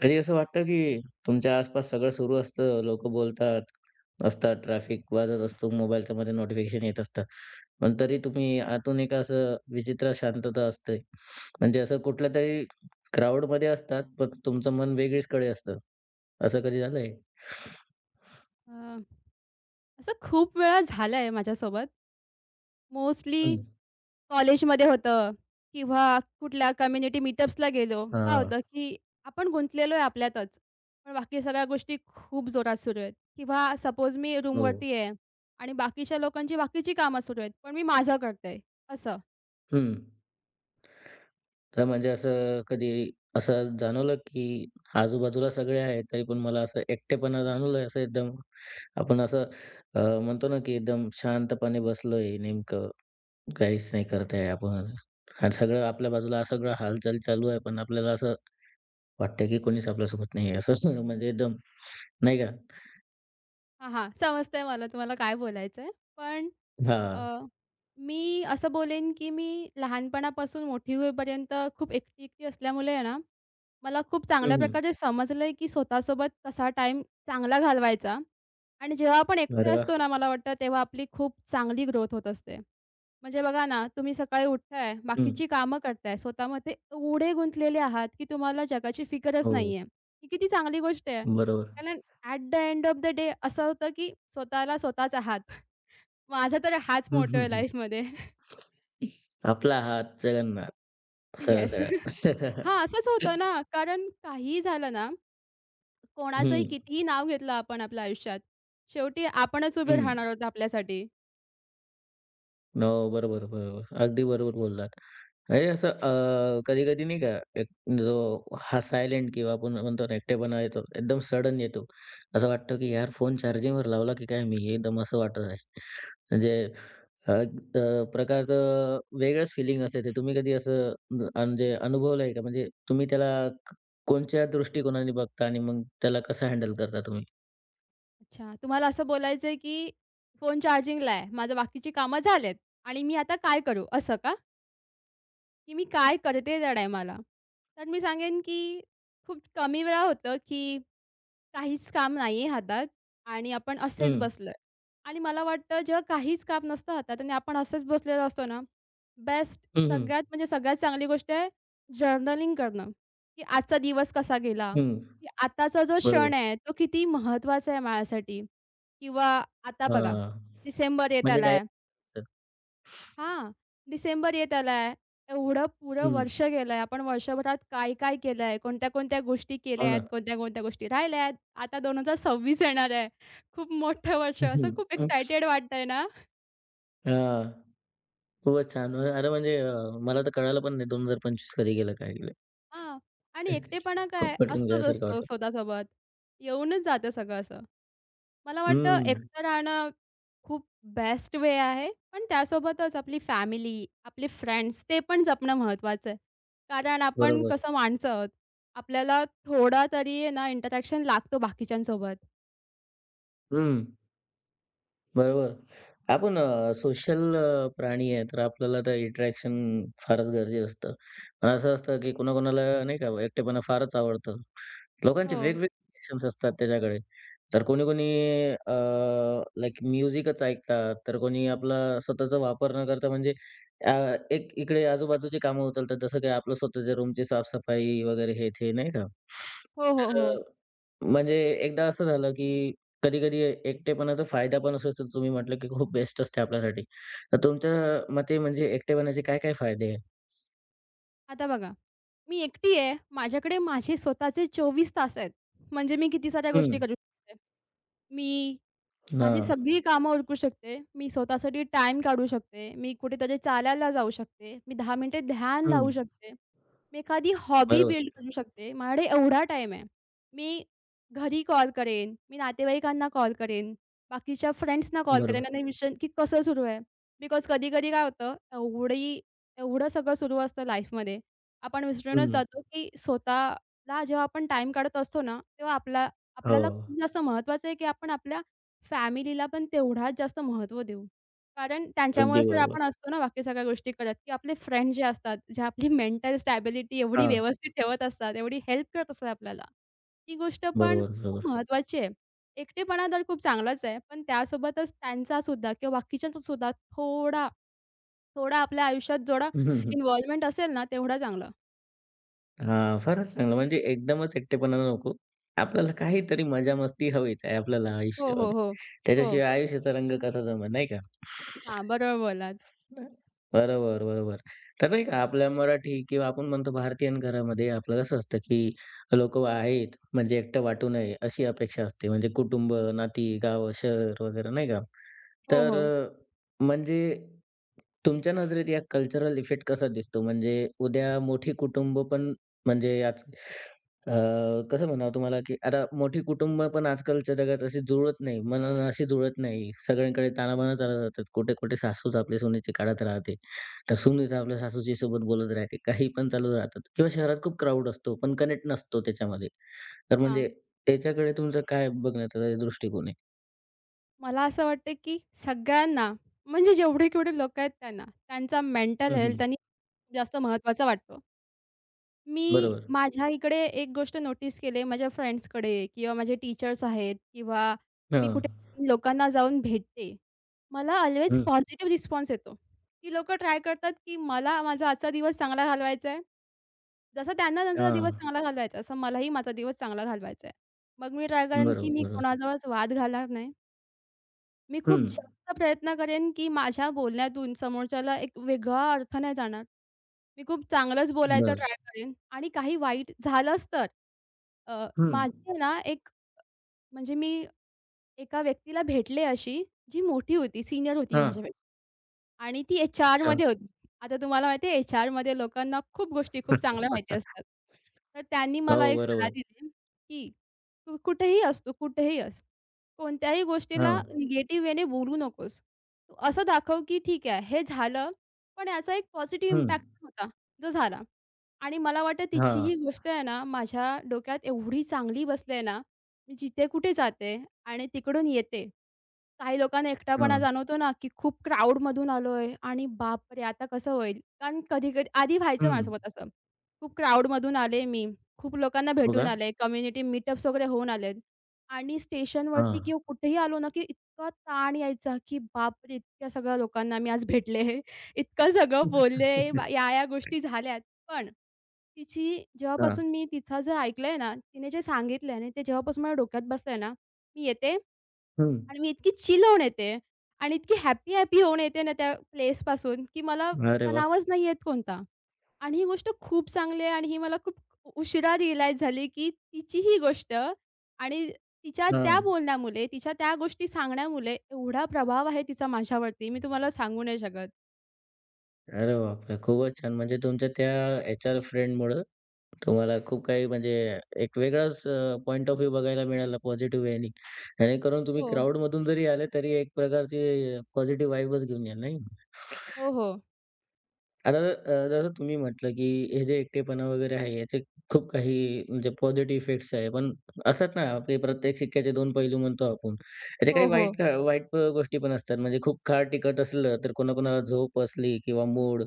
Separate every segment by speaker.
Speaker 1: कधी असं वाटतं की तुमच्या आसपास सगळं सुरू असतं, लोक बोलतात असतात, ट्रॅफिक वाजत असतो, मोबाईलच्यामध्ये नोटिफिकेशन येत असतात. पण तरी तुम्ही आतून एक असं विचित्र शांतता असते. म्हणजे असं कुठल्यातरी क्राउडमध्ये असतात, पण तुमचं मन वेगळीचकडे असतं. असं कधी झालंय?
Speaker 2: अ, असं खूप वेळा झालंय माझ्यासोबत. मोस्टली
Speaker 1: हं.
Speaker 2: कॉलेजमध्ये होतं किंवा कुठल्या कम्युनिटी मीटअप्सला गेलो. काय
Speaker 1: हां.
Speaker 2: होतं, की आपण गुंतलेलो आहे आपल्यातच. पण बाकी सगळ्या गोष्टी खूप जोरात सुरू आहेत किंवा सपोज मी
Speaker 1: हो.
Speaker 2: रूमवरती आहे आणि बाकीच्या लोकांची बाकीची कामं सुरू आहेत, पण मी माझं करते असं.
Speaker 1: हं. तर म्हणजे असं कधी असं जाणवलं, की आजूबाजूला सगळे आहेत, तरी पण मला असं एकटेपणा जाणवलं असं एकदम आपण असं म्हणतो ना, की एकदम शांतपणे बसलोय नेमकं काहीच नाही करत आहे आपण आणि सगळं आपल्या बाजूला सगळं हालचाल चालू आहे, पण आपल्याला असं वाटतंय, की कोणीच आपल्यासोबत नाही आहे. असं म्हणजे एकदम नाही का?
Speaker 2: हां, हां. समजतंय मला तुम्हाला काय बोलायचं आहे. पण अ,
Speaker 1: हां.
Speaker 2: मी असं बोलेन, की मी लहानपणापासून मोठी होईपर्यंत खूप एकटी-एकटी असल्यामुळे आहे ना मला खूप चांगल्या
Speaker 1: हं, हं.
Speaker 2: प्रकारे समजलंय, की स्वतःसोबत कसा टाईम चांगला घालवायचा आणि जेव्हा आपण एकटे
Speaker 1: अरे वाह!
Speaker 2: असतो ना, मला वाटतं तेव्हा आपली खूप चांगली ग्रोथ होत असते. म्हणजे बघा ना, तुम्ही सकाळी उठताय,
Speaker 1: हं.
Speaker 2: बाकीची कामं करताय, स्वतःमध्ये एवढे गुंतलेले आहात, की तुम्हाला जगाची फिकरच
Speaker 1: हो.
Speaker 2: नाहीये. ही किती चांगली गोष्ट आहे.
Speaker 1: बरोबर.
Speaker 2: कारण at the end of the day असं होतं, की स्वतःला स्वतःच आहात. माझा तर हाच
Speaker 1: हं,
Speaker 2: मोटो
Speaker 1: हं,
Speaker 2: आहे
Speaker 1: हं.
Speaker 2: लाईफमध्ये.
Speaker 1: आपला हात जगन्नाथ
Speaker 2: येस.
Speaker 1: सरळ-सरळ.
Speaker 2: हां, असंच होतं ना, कारण काहीही झालं ना कोणाचंही
Speaker 1: हं.
Speaker 2: कितीही नाव घेतलं आपण आपल्या आयुष्यात, शेवटी आपणच उभे
Speaker 1: हं.
Speaker 2: राहणार आहोत आपल्यासाठी.
Speaker 1: हो. बरोबर, बरोबर. अगदी बरोबर बोललात. म्हणजे असं कधी-कधी नाही का एक जो हा सायलेंट किंवा आपण म्हणतो ना एकटेपणा येतो. एकदम सडन येतो. असं वाटतं की यार फोन चार्जिंगवर लावला की काय मी? हे एकदम असं वाटत आहे. म्हणजे अ, अ, प्रकारचं वेगळंच फिलिंग असते ते. तुम्ही कधी असं म्हणजे अनुभवलं का? म्हणजे तुम्ही त्याला कोणत्या दृष्टिकोनाने बघता आणि मग त्याला कसं हँडल करता तुम्ही?
Speaker 2: अच्छा, तुम्हाला असं बोलायचंय की फोन चार्जिंगला आहे, माझं बाकीची कामं झालेत आणि मी आता काय करू? असं का? की मी काय करते त्या टायमाला? तर मी सांगेन की खूप कमी वेळा होतं की काहीच काम नाहीये हातात आणि आपण असेच
Speaker 1: हं.
Speaker 2: बसलोय आणि मला वाटतं जेव्हा काहीच काम नसतं हातात आणि आपण असेच बसलेलो असतो ना, बेस्ट
Speaker 1: हं, हं.
Speaker 2: सगळ्यात म्हणजे सगळ्यात चांगली गोष्ट आहे जर्नलिंग करणं, की आजचा दिवस कसा गेला,
Speaker 1: हं.
Speaker 2: की आताचा जो
Speaker 1: बरोबर.
Speaker 2: क्षण आहे तो किती महत्त्वाचा आहे माझ्यासाठी किंवा आता बघा
Speaker 1: हां.
Speaker 2: डिसेंबर येत
Speaker 1: म्हणजे
Speaker 2: आलाय.
Speaker 1: डायरेक्ट
Speaker 2: हां, डिसेंबर येत आलाय. एवढं पुरं
Speaker 1: हं.
Speaker 2: वर्ष गेलंय. आपण वर्षभरात काय-काय केलंय, कोणत्या-कोणत्या गोष्टी
Speaker 1: हो
Speaker 2: केल्यात,
Speaker 1: ना.
Speaker 2: कोणत्या-कोणत्या गोष्टी राहिल्यात. आता 2026 येणार आहे. खूप मोठं वर्ष
Speaker 1: हं,
Speaker 2: असं खूप
Speaker 1: हां.
Speaker 2: एक्सायटेड वाटतंय ना?
Speaker 1: खूपच छान. अरे म्हणजे मला तर कळालं पण नाही 2025 कधी गेलं, काय गेलं?
Speaker 2: हां. आणि एकटेपणा
Speaker 1: खूप
Speaker 2: काय
Speaker 1: पटकन
Speaker 2: असतोच
Speaker 1: गेल्यासारखं
Speaker 2: असतो
Speaker 1: वाटलं.
Speaker 2: स्वतःसोबत. येऊनच जातं सगळं असं. मला वाटतं
Speaker 1: हं,
Speaker 2: एकटं राहणं खूप बेस्ट वे आहे. पण त्यासोबतच आपली फॅमिली, आपले फ्रेंड्स ते पण जपणं महत्त्वाचं आहे. कारण आपण
Speaker 1: बरोबर.
Speaker 2: कसं माणसं आहोत. आपल्याला थोडा तरी आहे ना इंटरॅक्शन लागतो बाकीच्यांसोबत.
Speaker 1: हं. बरोबर. आपण सोशल प्राणी आहे, तर आपल्याला तर इंटरॅक्शन फारच गरजेचं असतं. पण असं असतं की कोणाकोणाला नाही का एकटेपणा फारच आवडतं. लोकांचे
Speaker 2: हो.
Speaker 1: वेगवेगळे पॅशन्स असतात त्याच्याकडे. तर कोणी-कोणी अ, लाइक म्युझिकच ऐकतात, तर कोणी आपला स्वतःचा वापर न करता म्हणजे अ, एक इकडे आजूबाजूची कामं उचलतात. जसं काही आपलं स्वतःच्या रूमची साफ वगैरे हे ते नाही का?
Speaker 2: हो, हो,
Speaker 1: तर
Speaker 2: हो.
Speaker 1: म्हणजे एकदा असं झालं, की कधी-कधी एकटेपणाचा फायदा पण असू शकतो. तुम्ही म्हटलं, की खूप बेस्ट असते आपल्यासाठी. तर तुमच्या मते म्हणजे एकटेपणाचे काय-काय फायदे आहेत?
Speaker 2: आता बघा, मी एकटी आहे. माझ्याकडे माझे स्वतःचे 24 तास आहेत. म्हणजे मी किती साऱ्या
Speaker 1: हं.
Speaker 2: गोष्टी करू शकते. मी माझी
Speaker 1: हां.
Speaker 2: सगळी कामं उरकू शकते. मी स्वतःसाठी टाईम काढू शकते. मी कुठेतरी चालायला जाऊ शकते. मी 10 मिनिटे ध्यान
Speaker 1: हं.
Speaker 2: लावू शकते. मी एखादी हॉबी बिल्ड
Speaker 1: बरोबर.
Speaker 2: करू शकते. माझ्याकडे एवढा टाईम आहे. मी घरी कॉल करेन, मी नातेवाईकांना कॉल करेन, बाकीच्या फ्रेंड्सना कॉल
Speaker 1: बरोबर.
Speaker 2: करेन आणि विषय की कसं सुरू आहे. बिकॉज कधी-कधी काय होतं, एवढं सगळं सुरू असतं लाईफमध्ये, आपण विसरूनच
Speaker 1: हं.
Speaker 2: जातो की स्वतःला जेव्हा आपण टाईम काढत असतो ना, तेव्हा आपला
Speaker 1: हो.
Speaker 2: आपल्याला खूप जास्त महत्त्वाचं आहे की आपण आपल्या फॅमिलीला पण तेवढाच जास्त महत्त्व देऊ. कारण
Speaker 1: अगदी
Speaker 2: त्यांच्यामुळेच तर
Speaker 1: बरोबर.
Speaker 2: आपण असतो ना बाकी सगळ्या गोष्टी करत, की आपले फ्रेंड जे असतात, जे आपली मेंटल स्टॅबिलिटी एवढी
Speaker 1: हां.
Speaker 2: व्यवस्थित ठेवत असतात, एवढी हेल्प करत असतात आपल्याला. ती गोष्ट पण
Speaker 1: बरोबर,
Speaker 2: खूप
Speaker 1: बरोबर.
Speaker 2: महत्त्वाची आहे. एकटेपणा तर खूप चांगलाच आहे, पण त्यासोबतच त्यांचासुद्धा किंवा बाकीच्यांचासुद्धा थोडा, थोडा आपल्या आयुष्यात जेवढा
Speaker 1: हं, हं.
Speaker 2: इन्व्हॉल्वमेंट असेल ना, तेवढा चांगला.
Speaker 1: हां, फारच चांगलं. म्हणजे एकदमच एकटेपणा नको. आपल्याला काहीतरी मजा-मस्ती हवीच आहे आपल्याला
Speaker 2: हो, हो,
Speaker 1: आयुष्यामध्ये.
Speaker 2: हो. हो.
Speaker 1: त्याच्याशिवाय आयुष्याचा रंग कसा जमेल, नाही का?
Speaker 2: हां, बरोबर बोललात.
Speaker 1: बरोबर, बरोबर. तर नाही का आपल्या मराठी किंवा आपण म्हणतो भारतीयन घरामध्ये आपलं कसं असतं, की लोकं आहेत म्हणजे एकटं वाटू नये अशी अपेक्षा असते. म्हणजे कुटुंब, नाती, गाव शहर वगैरे नाही का?
Speaker 2: हो,
Speaker 1: तर
Speaker 2: हो.
Speaker 1: म्हणजे तुमच्या नजरेत या कल्चरल इफेक्ट कसा दिसतो? म्हणजे उद्या मोठी कुटुंब पण म्हणजे आज अ, कसं म्हणावं तुम्हाला, की आता मोठी कुटुंब पण आजकालच्या जगात अशी जुळत नाही, मनानं अशी जुळत नाही. सगळ्यांकडे ताणाबाणा चालत राहतात. कुठे-कुठे सासूच आपली सुनेची काढत राहते. तर सुनच आपल्या सासूची सोबत बोलत राहते. काही पण चालू राहतात किंवा शहरात खूप क्राउड असतो, पण कनेक्ट नसतो त्याच्यामध्ये. तर म्हणजे
Speaker 2: हां.
Speaker 1: त्याच्याकडे तुमचं काय बघण्याचा दृष्टिकोन आहे?
Speaker 2: मला असं वाटतं, की सगळ्यांना म्हणजे जेवढे-केवढे लोकं आहेत त्यांना, त्यांचा मेंटल
Speaker 1: हं, हं.
Speaker 2: हेल्थ आणि जास्त महत्त्वाचा वाटतो. मी
Speaker 1: बरोबर.
Speaker 2: माझ्या इकडे एक गोष्ट नोटीस केली आहे माझ्या फ्रेंड्सकडे किंवा माझे टीचर्स आहेत किंवा मी
Speaker 1: हां.
Speaker 2: कुठे लोकांना जाऊन भेटते. मला ऑल्वेज
Speaker 1: हं.
Speaker 2: पॉझिटिव्ह रिस्पॉन्स येतो. ती लोकं ट्राय करतात, की मला माझा आजचा दिवस चांगला घालवायचा आहे. जसा त्यांना त्यांचा दिवस
Speaker 1: हां.
Speaker 2: चांगला घालवायचा आहे, मलाही माझा दिवस चांगला घालवायचा आहे. मग मी ट्राय करेन, की
Speaker 1: बरोबर,
Speaker 2: मी
Speaker 1: बरोबर.
Speaker 2: कोणाजवळच वाद घालणार नाही. मी खूप
Speaker 1: हं.
Speaker 2: जास्त प्रयत्न करेन, की माझ्या बोलण्यातून समोरच्याला एक वेगळा अर्थ नाही जाणार. मी खूप चांगलंच बोलायचा
Speaker 1: बरं.
Speaker 2: ट्राय करेन आणि काही वाईट झालंच तर
Speaker 1: हं.
Speaker 2: माझी आहे ना एक म्हणजे मी एका व्यक्तीला भेटले अशी, जी मोठी होती, सीनियर होती
Speaker 1: हां.
Speaker 2: माझ्यापेक्षा. आणि ती
Speaker 1: अच्छा.
Speaker 2: एच-आरमध्ये होती. आता तुम्हाला माहिती आहे एच-आरमध्ये लोकांना खूप गोष्टी खूप चांगल्या माहिती असतात. तर त्यांनी मला
Speaker 1: हो,
Speaker 2: एक सलाह
Speaker 1: बरोबर.
Speaker 2: दिली, की "तू कुठेही अस, तू कुठेही अस, कोणत्याही
Speaker 1: हां.
Speaker 2: गोष्टीला निगेटिव्ह वेने बोलू नकोस. तू असं दाखव की ठीक आहे हे झालं, पण याचा एक पॉझिटिव्ह
Speaker 1: हं.
Speaker 2: इम्पॅक्ट पण होता, जो झाला." आणि मला वाटतं तिची
Speaker 1: हां.
Speaker 2: ही गोष्ट आहे ना माझ्या डोक्यात एवढी चांगली बसली आहे ना, मी जिथे कुठे जाते आणि तिकडून येते काही लोकांना एकटापणा
Speaker 1: हां,
Speaker 2: जाणवतो ना, की खूप क्राउडमधून आलोय आणि बापरे! आता कसं होईल? कारण कधी-कधी आधी व्हायचं
Speaker 1: हं.
Speaker 2: माझ्यासोबत असं. खूप क्राउडमधून आले मी, खूप लोकांना भेटून
Speaker 1: बघा
Speaker 2: आले, कम्युनिटी मीटअप्स वगैरे होऊन आलेत आणि स्टेशनवरती
Speaker 1: हां.
Speaker 2: किंवा कुठेही आलो ना, की इतका ताण यायचा, की बापरे! इतक्या सगळ्या लोकांना मी आज भेटले, इतकं सगळं बोलले, या-या गोष्टी झाल्यात. पण तिची
Speaker 1: हां,
Speaker 2: जेव्हापासून मी तिचं जे ऐकलंय ना, तिने जे सांगितलंय आणि ते जेव्हापासून माझ्या डोक्यात बसलंय ना, मी येते
Speaker 1: हं.
Speaker 2: आणि मी इतकी चिल होऊन येते आणि इतकी हॅपी-हॅपी होऊन येते ना त्या प्लेसपासून, की मला
Speaker 1: अरे वाह!
Speaker 2: तणावच नाही येत कोणता. आणि ही गोष्ट खूप चांगली आहे आणि ही मला खूप उशिरा रिअलाईज झाली, की तिची ही गोष्ट आणि तिच्या त्या
Speaker 1: हां.
Speaker 2: बोलण्यामुळे, तिच्या त्या गोष्टी सांगण्यामुळे एवढा प्रभाव आहे तिचा माझ्यावरती, मी तुम्हाला सांगू नाही शकत.
Speaker 1: अरे बापरे! खूपच छान. म्हणजे तुमच्या त्या एचआर फ्रेंडमुळं तुम्हाला खूप काही म्हणजे एक वेगळाच पॉइंट ऑफ व्ह्यू बघायला मिळाला पॉझिटिव्ह वेनी. जेणेकरून तुम्ही
Speaker 2: हो.
Speaker 1: क्राउडमधून जरी आले, तरी एक प्रकारची पॉझिटिव्ह वाइबच घेऊन याल, नाही?
Speaker 2: हो, हो.
Speaker 1: आता जसं तुम्ही म्हटलं, की हे जे एकटेपणा वगैरे आहे, याचे खूप काही म्हणजे पॉझिटिव्ह इफेक्ट्स आहे. पण असतात ना, आपले प्रत्येक सिक्क्याचे दोन पैलू म्हणतो आपण. याचे काही
Speaker 2: हो, हो.
Speaker 1: वाईट गोष्टी पण असतात. म्हणजे खूप खाड तिखट असलं, तर कोणाकोणाला झोप असली किंवा मूड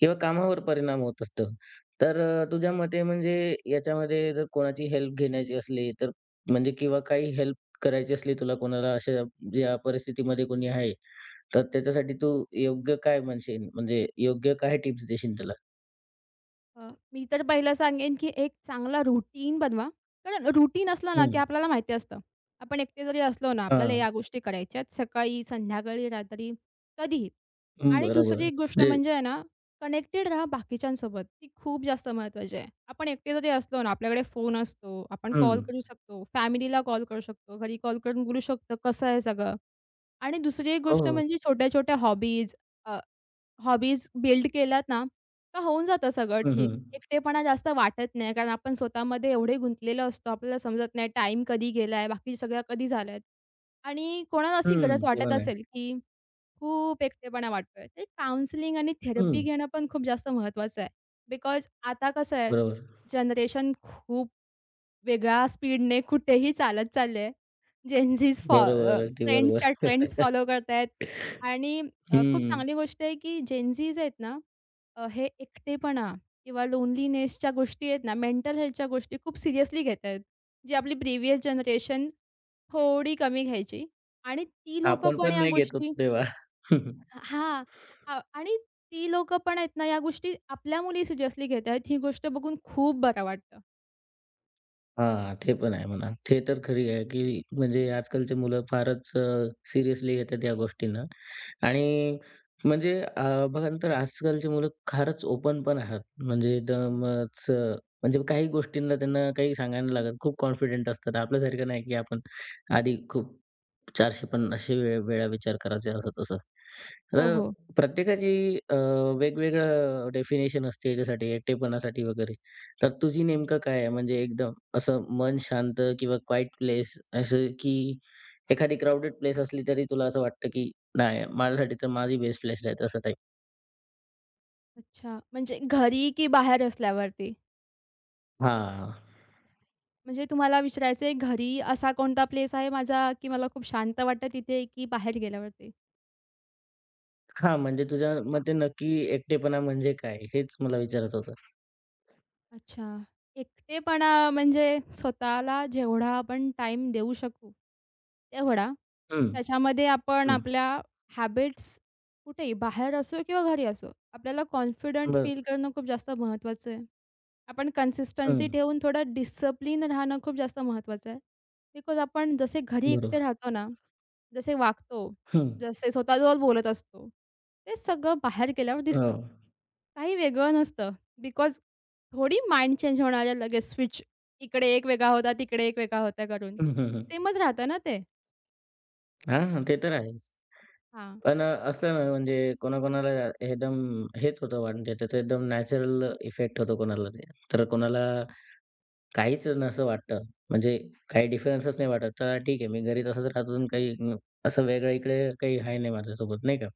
Speaker 1: किंवा कामावर परिणाम होत असतो. तर तुझ्या मते म्हणजे याच्यामध्ये जर कोणाची हेल्प घेण्याची असली, तर म्हणजे किंवा काही हेल्प करायची असली तुला कोणाला अशा या परिस्थितीमध्ये कोणी आहे, तर त्याच्यासाठी तू योग्य काय म्हणशील? म्हणजे योग्य काय टिप्स देशील त्याला?
Speaker 2: मी तर पहिलं सांगेन, की एक चांगला रुटीन बनवा. कारण रुटीन असलं ना, की
Speaker 1: हं,
Speaker 2: आपल्याला माहिती असतं. आपण एकटे जरी असलो ना, आपल्याला
Speaker 1: हां.
Speaker 2: या गोष्टी करायच्यात सकाळी, संध्याकाळी, रात्री, कधीही.
Speaker 1: हं,
Speaker 2: आणि
Speaker 1: बरोबर.
Speaker 2: दुसरी एक गोष्ट
Speaker 1: म्हणजे
Speaker 2: म्हणजे आहे ना, कनेक्टेड राहा बाकीच्यांसोबत. ती खूप जास्त महत्त्वाची आहे. आपण एकटे जरी असलो ना, आपल्याकडे फोन असतो, आपण
Speaker 1: हं.
Speaker 2: कॉल करू शकतो, फॅमिलीला कॉल करू शकतो, घरी कॉल करून बोलू शकतो, कसं आहे सगळं. आणि दुसरी एक
Speaker 1: हो,
Speaker 2: गोष्ट
Speaker 1: हो.
Speaker 2: म्हणजे छोट्या-छोट्या हॉबीज हॉबीज बिल्ड केल्यात ना, का होऊन जातं सगळं
Speaker 1: हं,
Speaker 2: ठीक.
Speaker 1: हं.
Speaker 2: एकटेपणा जास्त वाटत नाही, कारण आपण स्वतःमध्ये एवढे गुंतलेलो असतो, आपल्याला समजत नाही टाईम कधी गेलाय, बाकी सगळ्या कधी झाल्यात आणि कोणाला अशी
Speaker 1: हं,
Speaker 2: गरज
Speaker 1: ते
Speaker 2: वाटत
Speaker 1: पण आहे.
Speaker 2: असेल, की खूप एकटेपणा वाटतोय. तर काउन्सिलिंग आणि
Speaker 1: हं,
Speaker 2: थेरपी घेणं पण खूप जास्त महत्त्वाचं आहे. बिकॉज आता कसं आहे,
Speaker 1: बरोबर.
Speaker 2: जनरेशन खूप वेगळ्या स्पीडने कुठेही चालत चालली आहे. फॉ
Speaker 1: बरोबर, अगदी बरोबर.
Speaker 2: ट्रेंड्सच्या ट्रेंड्स फॉलो करतायत आणि खूप
Speaker 1: हं.
Speaker 2: चांगली गोष्ट आहे, की जेन आहेत ना हे एकटेपणा किंवा लोनलीनेसच्या गोष्टी आहेत ना, मेंटल हेल्थच्या गोष्टी खूप सिरियसली घेत आहेत. जी आपली प्रिव्हियस जनरेशन थोडी कमी घ्यायची आणि ती लोकं
Speaker 1: आपण
Speaker 2: पण
Speaker 1: पण
Speaker 2: या
Speaker 1: नाही घेत होतो
Speaker 2: गोष्टी
Speaker 1: तेव्हा.
Speaker 2: हां. आणि ती लोकं पण आहेत ना, या गोष्टी आपल्या मुली सिरियसली घेत आहेत. ही गोष्ट बघून खूप बरं वाटतं.
Speaker 1: हां, ते पण आहे म्हणा. ते तर खरी आहे, की म्हणजे आजकालची मुलं फारच सिरियसली घेतात या गोष्टींना आणि म्हणजे बघा ना तर आजकालची मुलं फारच ओपन पण आहात. म्हणजे एकदमच म्हणजे काही गोष्टींना त्यांना काही सांगायला लागत. खूप कॉन्फिडंट असतात. आपल्यासारखं नाही, की आपण आधी खूप 450 वेळा विचार करायचे असं तसं.
Speaker 2: हो,
Speaker 1: तर
Speaker 2: हो.
Speaker 1: प्रत्येकाची अ, वेगवेगळं डेफिनेशन असते याच्यासाठी एकटेपणासाठी वगैरे. तर तुझी नेमकं काय आहे? म्हणजे एकदम असं मन शांत किंवा क्वाईट प्लेस असं की एखादी क्राउडेड प्लेस असली तरी तुला असं वाटतं की नाही माझ्यासाठी तर माझी बेस्ट प्लेस आहे असं टाइप?
Speaker 2: अच्छा. म्हणजे घरी की बाहेर असल्यावरती?
Speaker 1: हां.
Speaker 2: म्हणजे तुम्हाला विचारायचंय घरी असा कोणता प्लेस आहे माझा, की मला खूप शांत वाटतं तिथे की बाहेर गेल्यावरती?
Speaker 1: हां, म्हणजे तुझ्या मते नक्की एकटेपणा म्हणजे काय? हेच मला विचारायचं होतं.
Speaker 2: अच्छा. एकटेपणा म्हणजे स्वतःला जेवढा आपण टाईम देऊ शकू तेवढा.
Speaker 1: हं,
Speaker 2: त्याच्यामध्ये आपण
Speaker 1: हं.
Speaker 2: आपल्या हॅबिट्स कुठेही बाहेर असो किंवा घरी असो, आपल्याला कॉन्फिडंट
Speaker 1: बरं.
Speaker 2: फील करणं खूप जास्त महत्त्वाचं आहे. आपण कन्सिस्टन्सी
Speaker 1: हं.
Speaker 2: ठेवून थोडं डिसिप्लिन राहणं खूप जास्त महत्त्वाचं आहे. बिकॉज आपण जसे घरी एकटे
Speaker 1: बरोबर.
Speaker 2: राहतो ना, जसे वागतो,
Speaker 1: हं.
Speaker 2: जसे स्वतःजवळ बोलत असतो, ते सगळं बाहेर गेल्यावर
Speaker 1: हो.
Speaker 2: दिसतं. काही वेगळं नसतं. बिकॉज थोडी माइंड चेंज होणार आहे लगेच स्विच. इकडे एक वेगळा होता, तिकडे एक वेगळा होता करून.
Speaker 1: हं, हं, हं.
Speaker 2: सेमच राहतं ना ते.
Speaker 1: हां, ते तर आहेच.
Speaker 2: हां,
Speaker 1: पण असतं ना म्हणजे कोणाकोणाला एकदम हेच होतं म्हणजे त्याचा एकदम नॅचरल इफेक्ट होतो कोणाला ते. तर कोणाला काहीच नसं वाटतं. म्हणजे काही डिफरन्सच नाही वाटत. तर ठीक आहे मी घरी तसंच राहतो आणि काही असं वेगळं इकडे काही आहे नाही माझ्यासोबत नाही का.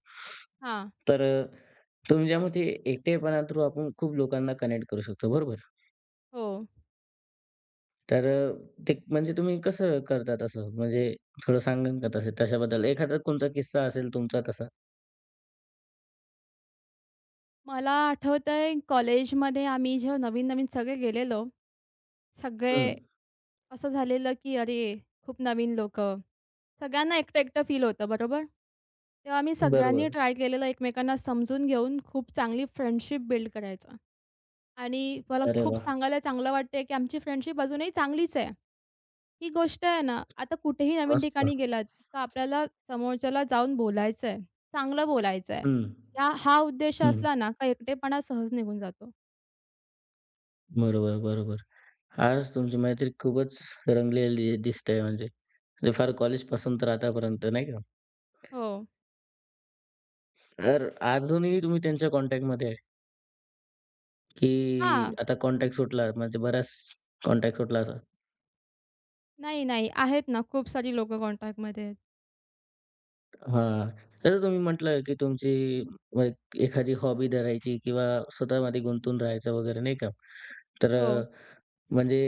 Speaker 2: हां.
Speaker 1: तर तुमच्यामते एकटेपणा थ्रू आपण खूप लोकांना कनेक्ट करू शकतो बरोबर.
Speaker 2: हो.
Speaker 1: तर ते म्हणजे तुम्ही कसं करता तसं? म्हणजे थोडं सांगाल का तसे तशाबद्दल? एखादा कोणता किस्सा असेल तुमचा तसा?
Speaker 2: मला आठवतंय कॉलेजमध्ये आम्ही जेव्हा नवीन-नवीन सगळे गेलेलो,
Speaker 1: हं,
Speaker 2: सगळे असं झालेलं की अरे, खूप नवीन लोकं. सगळ्यांना एकटं-एकटं फील होतं बरोबर? तेव्हा आम्ही सगळ्यांनी
Speaker 1: बरोबर.
Speaker 2: ट्राय केलेलं एकमेकांना समजून घेऊन खूप चांगली फ्रेंडशिप बिल्ड करायचं. आणि मला
Speaker 1: अरे
Speaker 2: खूप
Speaker 1: वाह!
Speaker 2: सांगायला चांगलं वाटतंय की आमची फ्रेंडशिप अजूनही चांगलीच आहे. ही गोष्ट आहे ना, आता कुठेही नवीन
Speaker 1: मस्त.
Speaker 2: ठिकाणी गेलात, तर आपल्याला समोरच्याला जाऊन बोलायचं आहे, चांगलं बोलायचं आहे.
Speaker 1: हं,
Speaker 2: हा हा उद्देश
Speaker 1: हं.
Speaker 2: असला ना, का एकटेपणा सहज निघून जातो.
Speaker 1: बरोबर, बरोबर. आज तुमची मैत्री खूपच रंगलेली दिसते म्हणजे. म्हणजे फार कॉलेजपासून तर आतापर्यंत नाही का?
Speaker 2: हो.
Speaker 1: तर अजूनही तुम्ही त्यांच्या कॉन्टॅक्टमध्ये आहे, की
Speaker 2: हां.
Speaker 1: आता कॉन्टॅक्ट सुटला म्हणजे बराच कॉन्टॅक्ट सुटला असा?
Speaker 2: नाही, नाही. आहेत ना खूप सारी लोकं कॉन्टॅक्टमध्ये आहेत.
Speaker 1: हां. जसं तुम्ही म्हटलं, की तुमची मग एखादी हॉबी धरायची किंवा स्वतःमध्ये गुंतून राहायचं वगैरे नाही का? तर
Speaker 2: हो.
Speaker 1: म्हणजे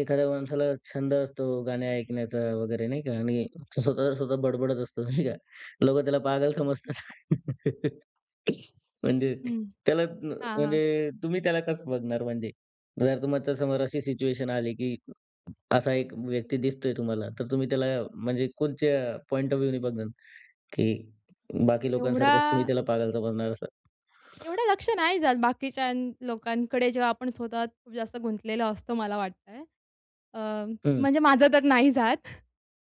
Speaker 1: एखाद्या माणसाला छंद असतो गाणे ऐकण्याचा वगैरे नाही का आणि तो स्वतः स्वतः बडबडत असतो नाही का. लोकं त्याला पागल समजतात. म्हणजे
Speaker 2: हं.
Speaker 1: त्याला न
Speaker 2: हां, हां.
Speaker 1: म्हणजे तुम्ही त्याला कसं बघणार म्हणजे? जर तुमच्या समोर अशी सिच्युएशन आली, की असा एक व्यक्ती दिसतोय तुम्हाला, तर तुम्ही त्याला म्हणजे कोणच्या पॉइंट ऑफ व्ह्यूनी बघणार, की बाकी
Speaker 2: एवढा
Speaker 1: लोकांसारखंच तुम्ही त्याला पागल समजणार असं?
Speaker 2: एवढं लक्ष नाही जात बाकीच्या लोकांकडे जेव्हा आपण स्वतः खूप जास्त गुंतलेलो असतो मला वाटतंय. अ,
Speaker 1: हं.
Speaker 2: म्हणजे माझं तर नाही जात.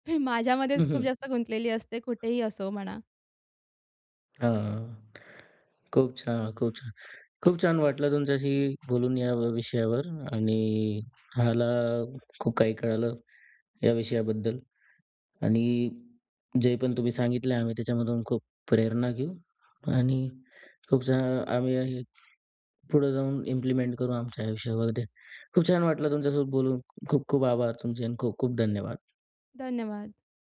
Speaker 1: हं,
Speaker 2: माझ्यामध्येच खूप
Speaker 1: हं.
Speaker 2: जास्त गुंतलेली असते कुठेही असो म्हणा.
Speaker 1: हां. खूप छान, खूप छान. खूप छान वाटलं तुमच्याशी बोलून या विषयावर आणि मला खूप काही कळालं या विषयाबद्दल आणि जे पण तुम्ही सांगितलं आम्ही त्याच्यामधून खूप प्रेरणा घेऊ आणि खूप छान आम्ही हे पुढे जाऊन इम्प्लिमेंट करू आमच्या आयुष्यामध्ये. खूप छान वाटलं तुमच्यासोबत बोलून. खूप खूप आभार तुमचे आणि खूप खूप धन्यवाद.
Speaker 2: धन्यवाद.